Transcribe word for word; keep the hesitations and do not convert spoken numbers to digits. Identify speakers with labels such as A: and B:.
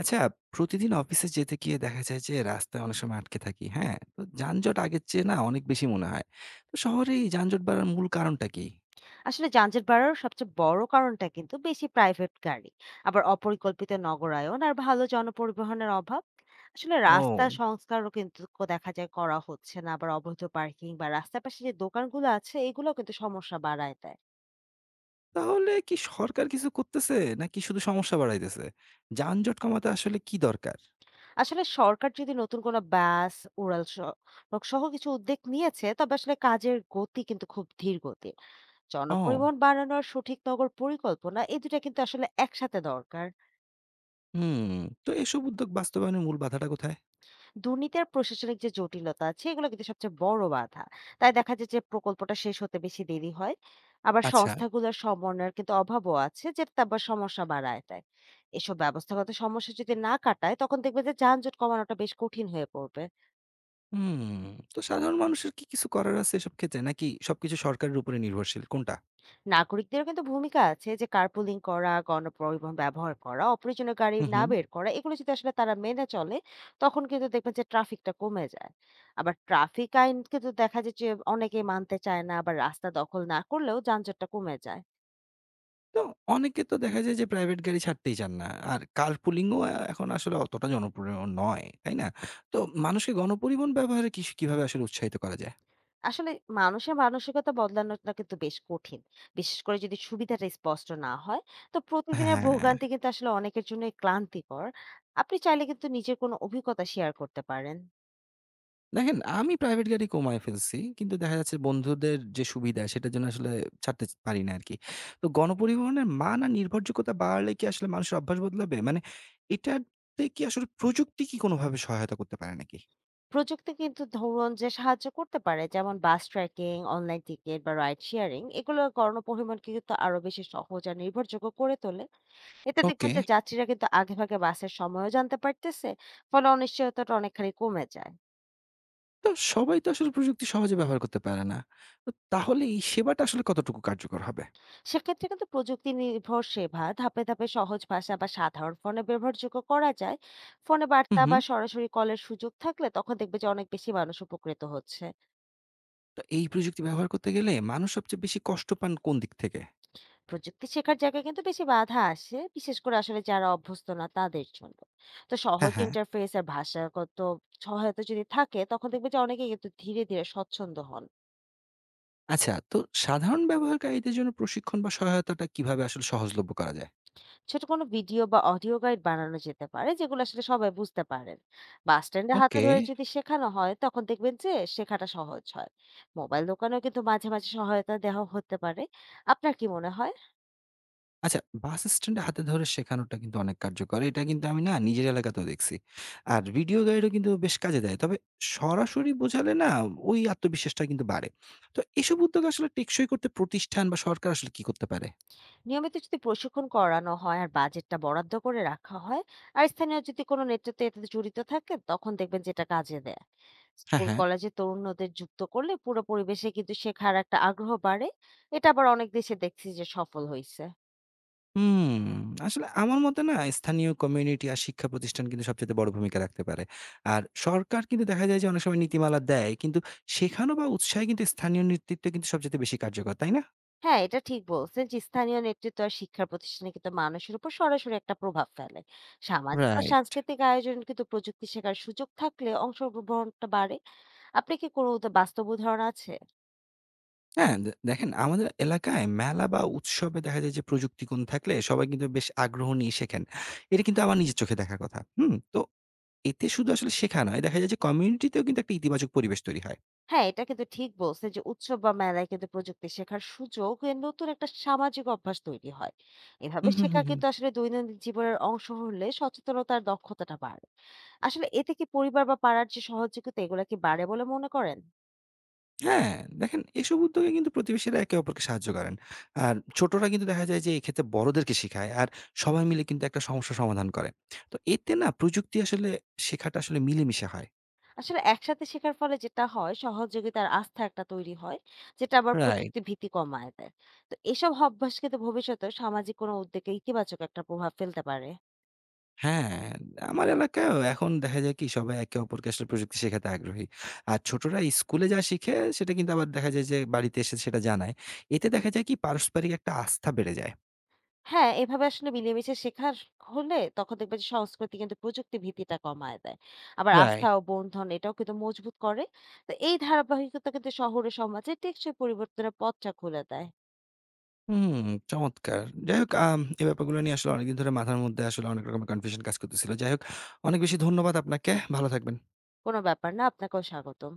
A: আচ্ছা, প্রতিদিন অফিসে যেতে গিয়ে দেখা যায় যে রাস্তায় অনেক সময় আটকে থাকি, হ্যাঁ? তো যানজট আগের চেয়ে না অনেক বেশি মনে হয়। তো শহরে এই যানজট বাড়ার মূল কারণটা কি?
B: আসলে যানজট বাড়ার সবচেয়ে বড় কারণটা কিন্তু বেশি প্রাইভেট গাড়ি, আবার অপরিকল্পিত নগরায়ন আর ভালো জনপরিবহনের অভাব। আসলে রাস্তা
A: ও!
B: সংস্কারও কিন্তু ক- দেখা যায় করা হচ্ছে না, আবার অবৈধ পার্কিং বা রাস্তার পাশে যে দোকানগুলো আছে এগুলো কিন্তু সমস্যা বাড়ায় দেয়।
A: তাহলে কি সরকার কিছু করতেছে নাকি শুধু সমস্যা বাড়াইতেছে? যানজট কমাতে আসলে কি দরকার?
B: আসলে সরকার যদি নতুন কোনো বাস, উড়াল সড়ক সহ কিছু উদ্যোগ নিয়েছে, তবে আসলে কাজের গতি কিন্তু খুব ধীর গতির।
A: ও!
B: জনপরিবহন বাড়ানোর সঠিক নগর পরিকল্পনা, এই দুটা কিন্তু আসলে একসাথে দরকার।
A: হুম। তো এসব উদ্যোগ বাস্তবায়নের মূল বাধাটা কোথায়?
B: দুর্নীতি আর প্রশাসনিক যে জটিলতা আছে এগুলো কিন্তু সবচেয়ে বড় বাধা, তাই দেখা যায় যে প্রকল্পটা শেষ হতে বেশি দেরি হয়। আবার
A: আচ্ছা।
B: সংস্থাগুলোর সমন্বয়ের কিন্তু অভাবও আছে, যেটা আবার সমস্যা বাড়ায় দেয়। এসব ব্যবস্থাগত সমস্যা যদি না কাটায়, তখন দেখবে যে যানজট কমানোটা বেশ কঠিন হয়ে পড়বে।
A: হুম। তো সাধারণ মানুষের কি কিছু করার আছে এসব ক্ষেত্রে নাকি সবকিছু সরকারের উপরে নির্ভরশীল? কোনটা?
B: নাগরিকদেরও কিন্তু ভূমিকা আছে, যে কার্পুলিং করা, গণপরিবহন ব্যবহার করা, অপ্রয়োজনীয় গাড়ি
A: হু, হু।
B: না বের করা, এগুলো যদি আসলে তারা মেনে চলে তখন কিন্তু দেখবেন যে ট্রাফিকটা কমে যায়। আবার ট্রাফিক আইন কিন্তু দেখা যায় যে অনেকে মানতে চায় না, আবার রাস্তা দখল না করলেও যানজটটা কমে যায়।
A: তো অনেকে তো দেখা যায় যে প্রাইভেট গাড়ি ছাড়তেই চান না। আর কার্পুলিং ও আ এখন আসলে অতটা জনপ্রিয় নয়। তাই না? তো মানুষকে গণপরিবহন ব্যবহারে কিস কিভাবে আসলে উৎসাহিত করা যায়?
B: আসলে মানুষের মানসিকতা বদলানোটা কিন্তু বেশ কঠিন, বিশেষ করে যদি সুবিধাটা স্পষ্ট না হয়। তো প্রতিদিনের
A: হ্যাঁ,
B: ভোগান্তি কিন্তু আসলে অনেকের জন্য ক্লান্তিকর। আপনি চাইলে কিন্তু নিজের কোনো অভিজ্ঞতা শেয়ার করতে পারেন।
A: দেখেন আমি প্রাইভেট গাড়ি কমায় ফেলছি। কিন্তু দেখা যাচ্ছে বন্ধুদের যে সুবিধা সেটার জন্য আসলে ছাড়তে পারি না আরকি। তো গণপরিবহনের মান আর নির্ভরযোগ্যতা বাড়লে কি আসলে মানুষের অভ্যাস বদলাবে? মানে এটাতে কি আসলে প্রযুক্তি কি কোনোভাবে সহায়তা করতে পারে নাকি?
B: প্রযুক্তি কিন্তু ধরুন যে সাহায্য করতে পারে, যেমন বাস ট্র্যাকিং, অনলাইন টিকিট বা রাইড শেয়ারিং, এগুলো গণপরিবহনকে কিন্তু আরো বেশি সহজ আর নির্ভরযোগ্য করে তোলে। এতে দেখবেন
A: ওকে।
B: যে যাত্রীরা কিন্তু আগেভাগে বাসের সময়ও জানতে পারতেছে, ফলে অনিশ্চয়তাটা অনেকখানি কমে যায়।
A: তো সবাই তো আসলে প্রযুক্তি সহজে ব্যবহার করতে পারে না। তো তাহলে এই সেবাটা আসলে কতটুকু কার্যকর হবে?
B: সেক্ষেত্রে কিন্তু প্রযুক্তি নির্ভর সেবা ধাপে ধাপে সহজ ভাষা বা সাধারণ ফোনে ব্যবহারযোগ্য করা যায়। ফোনে
A: হুম,
B: বার্তা
A: হুম।
B: বা সরাসরি কলের সুযোগ থাকলে তখন দেখবে যে অনেক বেশি মানুষ উপকৃত হচ্ছে।
A: তো এই প্রযুক্তি ব্যবহার করতে গেলে মানুষ সবচেয়ে বেশি কষ্ট পান কোন দিক থেকে?
B: প্রযুক্তি শেখার জায়গায় কিন্তু বেশি বাধা আসে, বিশেষ করে আসলে যারা অভ্যস্ত না তাদের জন্য। তো
A: হ্যাঁ,
B: সহজ
A: হ্যাঁ।
B: ইন্টারফেস আর ভাষাগত সহায়তা যদি থাকে তখন দেখবে যে অনেকে কিন্তু ধীরে ধীরে স্বচ্ছন্দ হন।
A: আচ্ছা, তো সাধারণ ব্যবহারকারীদের জন্য প্রশিক্ষণ বা সহায়তাটা কিভাবে আসলে সহজলভ্য করা যায়?
B: ছোট কোনো ভিডিও বা অডিও গাইড বানানো যেতে পারে, যেগুলো আসলে সবাই বুঝতে পারেন। বাস স্ট্যান্ডে হাতে
A: ওকে।
B: ধরে যদি শেখানো হয় তখন দেখবেন যে শেখাটা সহজ হয়। মোবাইল দোকানেও কিন্তু মাঝে মাঝে সহায়তা দেওয়া হতে পারে। আপনার কি মনে হয়?
A: আচ্ছা, বাস স্ট্যান্ডে হাতে ধরে শেখানোটা কিন্তু অনেক কার্যকর। এটা কিন্তু আমি না নিজের এলাকাতেও দেখছি। আর ভিডিও গাইডও কিন্তু বেশ কাজে দেয়। তবে সরাসরি বোঝালে না ওই আত্মবিশ্বাসটা কিন্তু বাড়ে। তো এসব উদ্যোগ আসলে টেকসই করতে প্রতিষ্ঠান বা সরকার আসলে কি করতে পারে?
B: নিয়মিত যদি প্রশিক্ষণ করানো হয় আর বাজেটটা বরাদ্দ করে রাখা হয়, আর স্থানীয় যদি কোনো নেতৃত্ব এতে জড়িত থাকে তখন দেখবেন যেটা কাজে দেয়।
A: হ্যাঁ,
B: স্কুল
A: হ্যাঁ।
B: কলেজে তরুণদের যুক্ত করলে পুরো পরিবেশে কিন্তু শেখার একটা আগ্রহ বাড়ে। এটা আবার অনেক দেশে দেখছি যে সফল হয়েছে।
A: হুম, আসলে আমার মতে না স্থানীয় কমিউনিটি আর শিক্ষা প্রতিষ্ঠান কিন্তু সবচাইতে বড় ভূমিকা রাখতে পারে। আর সরকার কিন্তু দেখা যায় যে অনেক সময় নীতিমালা দেয়। কিন্তু শেখানো বা উৎসাহে কিন্তু স্থানীয় নেতৃত্ব কিন্তু সবচাইতে বেশি কার্যকর, তাই না?
B: হ্যাঁ, এটা ঠিক বলছেন যে স্থানীয় নেতৃত্ব আর শিক্ষার প্রতিষ্ঠানে কিন্তু মানুষের উপর সরাসরি একটা প্রভাব ফেলে। সামাজিক বা
A: রাইট।
B: সাংস্কৃতিক আয়োজন কিন্তু প্রযুক্তি শেখার সুযোগ থাকলে অংশগ্রহণটা বাড়ে। আপনি কি কোনো উদা- বাস্তব উদাহরণ আছে?
A: হ্যাঁ, দে দেখেন আমাদের এলাকায় মেলা বা উৎসবে দেখা যায় যে প্রযুক্তি গুণ থাকলে সবাই কিন্তু বেশ আগ্রহ নিয়ে শেখেন। এটা কিন্তু আমার নিজের চোখে দেখার কথা। হুম? তো এতে শুধু আসলে শেখা নয়, দেখা যায় যে কমিউনিটিতেও কিন্তু একটা ইতিবাচক পরিবেশ তৈরি হয়।
B: হ্যাঁ, এটা কিন্তু ঠিক বলছেন যে উৎসব বা মেলায় কিন্তু প্রযুক্তি শেখার সুযোগ এ নতুন একটা সামাজিক অভ্যাস তৈরি হয়। এভাবে
A: হুম, হুম,
B: শেখা
A: হুম, হুম।
B: কিন্তু আসলে দৈনন্দিন জীবনের অংশ হলে সচেতনতার দক্ষতাটা বাড়ে। আসলে এতে কি পরিবার বা পাড়ার যে সহযোগিতা এগুলা কি বাড়ে বলে মনে করেন?
A: হ্যাঁ, দেখেন এসব উদ্যোগে কিন্তু প্রতিবেশীরা একে অপরকে সাহায্য করেন। আর ছোটরা কিন্তু দেখা যায় যে এক্ষেত্রে বড়দেরকে শেখায়। আর সবাই মিলে কিন্তু একটা সমস্যা সমাধান করে। তো এতে না প্রযুক্তি আসলে শেখাটা আসলে মিলেমিশে হয়।
B: আসলে একসাথে শেখার ফলে যেটা হয়, সহযোগিতার আস্থা একটা তৈরি হয়, যেটা আবার
A: রাইট।
B: প্রযুক্তি ভীতি কমায় দেয়। তো এসব অভ্যাস কিন্তু ভবিষ্যতে সামাজিক কোনো উদ্যোগে ইতিবাচক একটা প্রভাব ফেলতে পারে।
A: হ্যাঁ, আমার এলাকায়ও এখন দেখা যায় কি সবাই একে অপরকে আসলে প্রযুক্তি শেখাতে আগ্রহী। আর ছোটরা স্কুলে যা শিখে সেটা কিন্তু আবার দেখা যায় যে বাড়িতে এসে সেটা জানায়। এতে দেখা যায় কি পারস্পরিক একটা আস্থা বেড়ে যায়।
B: হ্যাঁ, এভাবে আসলে মিলেমিশে শেখার হলে তখন দেখবেন যে সংস্কৃতি কিন্তু প্রযুক্তি ভীতিটা কমায় দেয়। আবার আস্থা
A: রাইট।
B: ও বন্ধন এটাও কিন্তু মজবুত করে। তো এই ধারাবাহিকতা কিন্তু শহরে সমাজে টেকসই পরিবর্তনের পথটা খুলে দেয়।
A: হুম, চমৎকার। যাই হোক আম এই ব্যাপারগুলো নিয়ে আসলে অনেকদিন ধরে মাথার মধ্যে আসলে অনেক রকমের কনফিউশন কাজ করতেছিল। যাই হোক অনেক বেশি ধন্যবাদ আপনাকে। ভালো থাকবেন।
B: কোনো ব্যাপার না, আপনাকেও স্বাগতম।